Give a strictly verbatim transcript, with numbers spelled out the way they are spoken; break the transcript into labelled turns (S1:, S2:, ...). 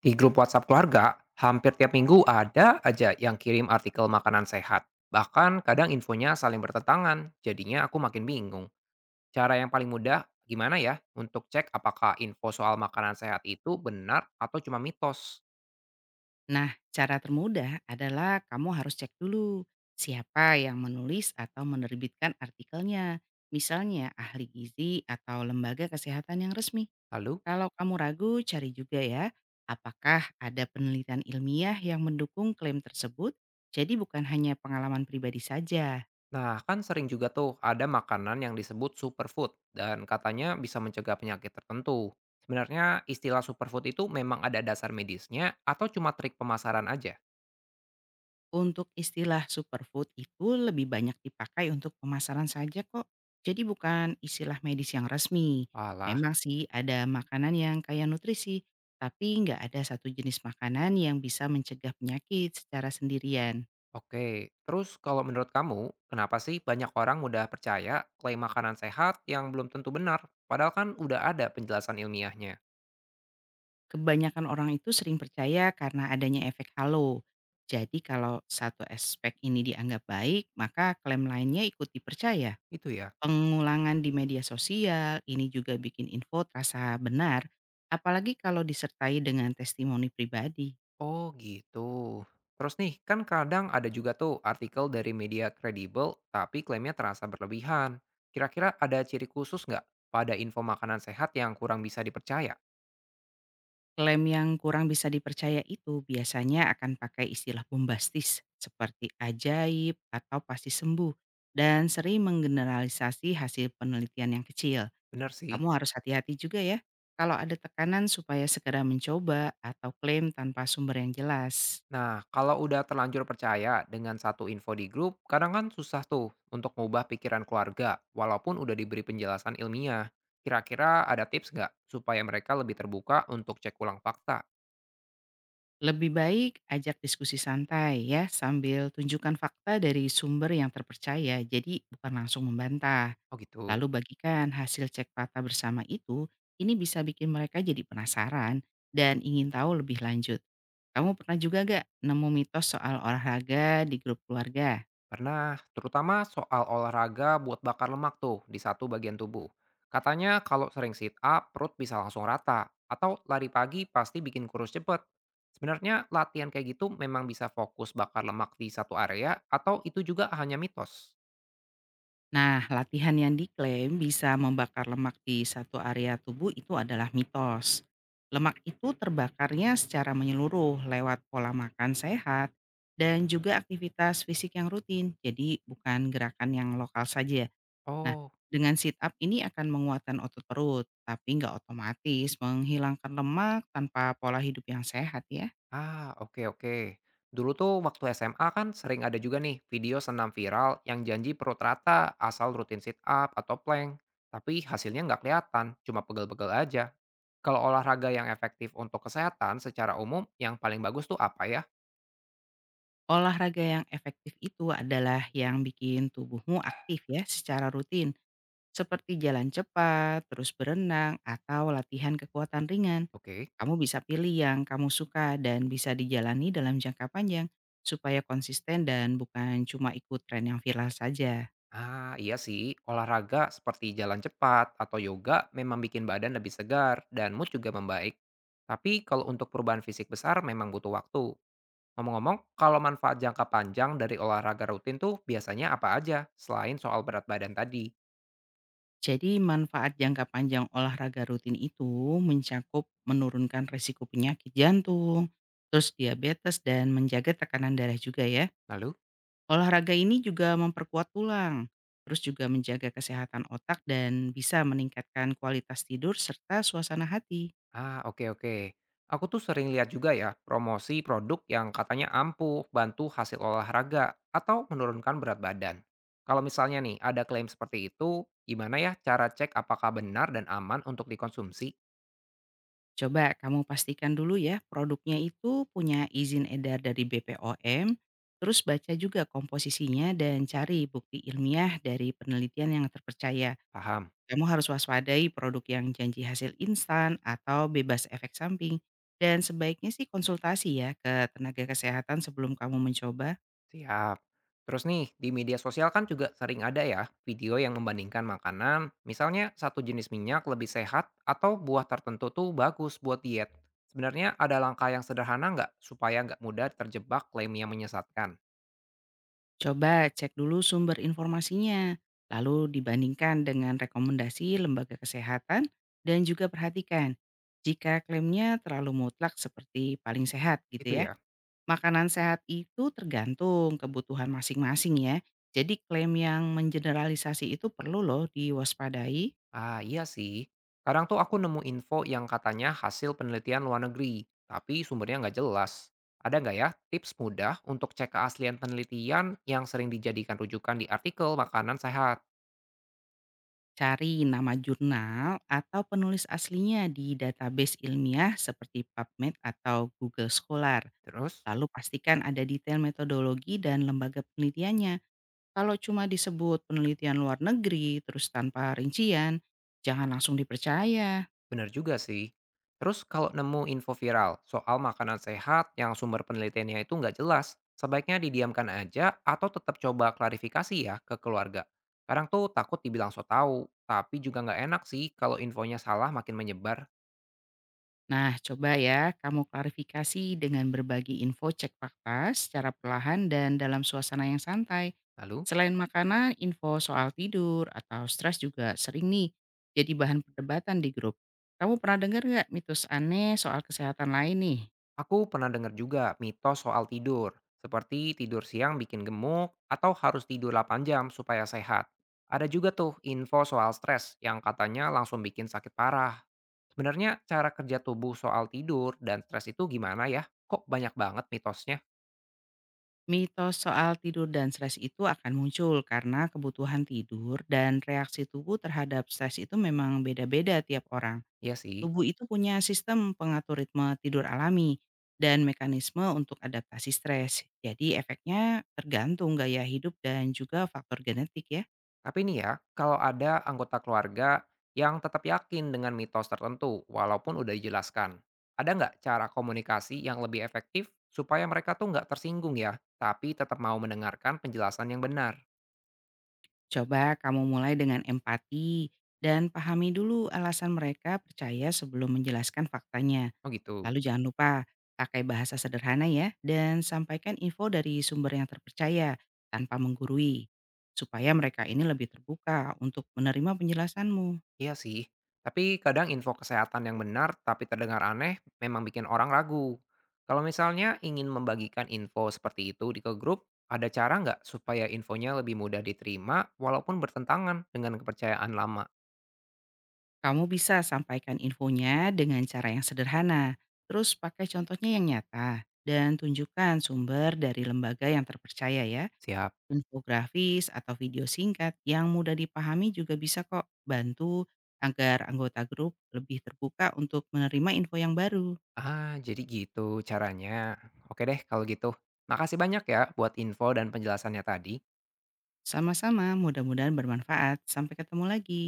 S1: Di grup WhatsApp keluarga, hampir tiap minggu ada aja yang kirim artikel makanan sehat. Bahkan kadang infonya saling bertentangan, jadinya aku makin bingung. Cara yang paling mudah gimana ya untuk cek apakah info soal makanan sehat itu benar atau cuma mitos?
S2: Nah, cara termudah adalah kamu harus cek dulu siapa yang menulis atau menerbitkan artikelnya. Misalnya ahli gizi atau lembaga kesehatan yang resmi.
S1: Lalu,
S2: Kalau kamu ragu, cari juga ya apakah ada penelitian ilmiah yang mendukung klaim tersebut. Jadi bukan hanya pengalaman pribadi saja.
S1: nah kan sering juga tuh ada makanan yang disebut superfood dan katanya bisa mencegah penyakit tertentu. Sebenarnya istilah superfood itu memang ada dasar medisnya atau cuma trik pemasaran aja?
S2: Untuk istilah superfood itu lebih banyak dipakai untuk pemasaran saja kok. Jadi bukan istilah medis yang resmi.
S1: Walah.
S2: Memang sih ada makanan yang kaya nutrisi, tapi nggak ada satu jenis makanan yang bisa mencegah penyakit secara sendirian.
S1: Oke, terus kalau menurut kamu, kenapa sih banyak orang mudah percaya klaim makanan sehat yang belum tentu benar? Padahal kan udah ada penjelasan ilmiahnya.
S2: Kebanyakan orang itu sering percaya karena adanya efek halo. Jadi kalau satu aspek ini dianggap baik, maka klaim lainnya ikut dipercaya.
S1: Itu ya?
S2: Pengulangan di media sosial ini juga bikin info terasa benar, apalagi kalau disertai dengan testimoni pribadi.
S1: Oh gitu. Terus nih, kan kadang ada juga tuh artikel dari media kredibel, tapi klaimnya terasa berlebihan. Kira-kira ada ciri khusus nggak pada info makanan sehat yang kurang bisa dipercaya?
S2: Klaim yang kurang bisa dipercaya itu biasanya akan pakai istilah bombastis seperti ajaib atau pasti sembuh, dan sering menggeneralisasi hasil penelitian yang kecil.
S1: Benar sih.
S2: Kamu harus hati-hati juga ya kalau ada tekanan supaya segera mencoba atau klaim tanpa sumber yang jelas.
S1: Nah, kalau udah terlanjur percaya dengan satu info di grup, kadang kan susah tuh untuk mengubah pikiran keluarga, walaupun udah diberi penjelasan ilmiah. Kira-kira ada tips nggak supaya mereka lebih terbuka untuk cek ulang fakta?
S2: Lebih baik ajak diskusi santai ya, sambil tunjukkan fakta dari sumber yang terpercaya, jadi bukan langsung membantah.
S1: Oh gitu.
S2: Lalu bagikan hasil cek fakta bersama itu, ini bisa bikin mereka jadi penasaran dan ingin tahu lebih lanjut. Kamu pernah juga gak nemu mitos soal olahraga di grup keluarga?
S1: Pernah, terutama soal olahraga buat bakar lemak tuh di satu bagian tubuh. Katanya kalau sering sit up, perut bisa langsung rata. Atau lari pagi pasti bikin kurus cepet. Sebenarnya latihan kayak gitu memang bisa fokus bakar lemak di satu area atau itu juga hanya mitos?
S2: Nah, latihan yang diklaim bisa membakar lemak di satu area tubuh itu adalah mitos. Lemak itu terbakarnya secara menyeluruh lewat pola makan sehat dan juga aktivitas fisik yang rutin. Jadi bukan gerakan yang lokal saja. Nah,
S1: Oh,
S2: dengan sit up ini akan menguatkan otot perut, tapi nggak otomatis menghilangkan lemak tanpa pola hidup yang sehat ya.
S1: ah, oke oke. Dulu tuh waktu S M A kan sering ada juga nih video senam viral yang janji perut rata asal rutin sit up atau plank. Tapi hasilnya nggak kelihatan, cuma pegel-pegel aja. Kalau olahraga yang efektif untuk kesehatan secara umum, yang paling bagus tuh apa ya?
S2: Olahraga yang efektif itu adalah yang bikin tubuhmu aktif ya secara rutin, seperti jalan cepat, terus berenang, atau latihan kekuatan ringan.
S1: Oke.
S2: Kamu bisa pilih yang kamu suka dan bisa dijalani dalam jangka panjang, supaya konsisten dan bukan cuma ikut tren yang viral saja.
S1: Ah, iya sih. Olahraga seperti jalan cepat atau yoga memang bikin badan lebih segar dan mood juga membaik. Tapi kalau untuk perubahan fisik besar memang butuh waktu. Ngomong-ngomong, kalau manfaat jangka panjang dari olahraga rutin tuh biasanya apa aja selain soal berat badan tadi?
S2: Jadi manfaat jangka panjang olahraga rutin itu mencakup menurunkan resiko penyakit jantung, terus diabetes, dan menjaga tekanan darah juga ya.
S1: Lalu,
S2: Olahraga ini juga memperkuat tulang, terus juga menjaga kesehatan otak dan bisa meningkatkan kualitas tidur serta suasana hati.
S1: ah, oke oke. Aku tuh sering lihat juga ya promosi produk yang katanya ampuh bantu hasil olahraga atau menurunkan berat badan. Kalau misalnya nih ada klaim seperti itu, gimana ya cara cek apakah benar dan aman untuk dikonsumsi?
S2: Coba kamu pastikan dulu ya produknya itu punya izin edar dari B P O M, terus baca juga komposisinya dan cari bukti ilmiah dari penelitian yang terpercaya.
S1: Paham?
S2: Kamu harus waspadai produk yang janji hasil instan atau bebas efek samping. Dan sebaiknya sih konsultasi ya ke tenaga kesehatan sebelum kamu mencoba.
S1: Siap. Terus nih, di media sosial kan juga sering ada ya video yang membandingkan makanan, misalnya satu jenis minyak lebih sehat atau buah tertentu tuh bagus buat diet. Sebenarnya ada langkah yang sederhana nggak supaya nggak mudah terjebak klaim yang menyesatkan?
S2: Coba cek dulu sumber informasinya, lalu dibandingkan dengan rekomendasi lembaga kesehatan, dan juga perhatikan jika klaimnya terlalu mutlak seperti paling sehat
S1: Itu
S2: gitu ya.
S1: ya?
S2: Makanan sehat itu tergantung kebutuhan masing-masing ya. Jadi klaim yang mengeneralisasi itu perlu loh diwaspadai.
S1: Ah iya sih. Kadang tuh aku nemu info yang katanya hasil penelitian luar negeri, tapi sumbernya nggak jelas. Ada nggak ya tips mudah untuk cek keaslian penelitian yang sering dijadikan rujukan di artikel makanan sehat?
S2: Cari nama jurnal atau penulis aslinya di database ilmiah seperti PubMed atau Google Scholar.
S1: Terus?
S2: Lalu pastikan ada detail metodologi dan lembaga penelitiannya. Kalau cuma disebut penelitian luar negeri terus tanpa rincian, jangan langsung dipercaya.
S1: Bener juga sih. Terus kalau nemu info viral soal makanan sehat yang sumber penelitiannya itu nggak jelas, sebaiknya didiamkan aja atau tetap coba klarifikasi ya ke keluarga. Kadang tuh takut dibilang so tau, tapi juga nggak enak sih kalau infonya salah makin menyebar.
S2: Nah, coba ya kamu klarifikasi dengan berbagi info cek fakta secara perlahan dan dalam suasana yang santai.
S1: Lalu,
S2: Selain makanan, info soal tidur atau stres juga sering nih jadi bahan perdebatan di grup. Kamu pernah dengar nggak mitos aneh soal kesehatan lain nih?
S1: aku pernah dengar juga mitos soal tidur, seperti tidur siang bikin gemuk atau harus tidur delapan jam supaya sehat. Ada juga tuh info soal stres yang katanya langsung bikin sakit parah. Sebenarnya cara kerja tubuh soal tidur dan stres itu gimana ya? Kok banyak banget mitosnya?
S2: Mitos soal tidur dan stres itu akan muncul karena kebutuhan tidur dan reaksi tubuh terhadap stres itu memang beda-beda tiap orang.
S1: Ya sih.
S2: Tubuh itu punya sistem pengatur ritme tidur alami dan mekanisme untuk adaptasi stres. Jadi efeknya tergantung gaya hidup dan juga faktor genetik ya.
S1: Tapi nih ya, kalau ada anggota keluarga yang tetap yakin dengan mitos tertentu walaupun udah dijelaskan, ada nggak cara komunikasi yang lebih efektif supaya mereka tuh nggak tersinggung ya, tapi tetap mau mendengarkan penjelasan yang benar?
S2: Coba kamu mulai dengan empati dan pahami dulu alasan mereka percaya sebelum menjelaskan faktanya.
S1: Oh gitu.
S2: Lalu jangan lupa pakai bahasa sederhana ya, dan sampaikan info dari sumber yang terpercaya tanpa menggurui, supaya mereka ini lebih terbuka untuk menerima penjelasanmu.
S1: Iya sih, tapi kadang info kesehatan yang benar tapi terdengar aneh memang bikin orang ragu. Kalau misalnya ingin membagikan info seperti itu di ke grup, ada cara nggak supaya infonya lebih mudah diterima walaupun bertentangan dengan kepercayaan lama?
S2: Kamu bisa sampaikan infonya dengan cara yang sederhana, terus pakai contohnya yang nyata dan tunjukkan sumber dari lembaga yang terpercaya ya.
S1: Siap.
S2: Infografis atau video singkat yang mudah dipahami juga bisa kok bantu agar anggota grup lebih terbuka untuk menerima info yang baru.
S1: Ah, jadi gitu caranya. Oke deh kalau gitu. Makasih banyak ya buat info dan penjelasannya tadi.
S2: Sama-sama, mudah-mudahan bermanfaat. Sampai ketemu lagi.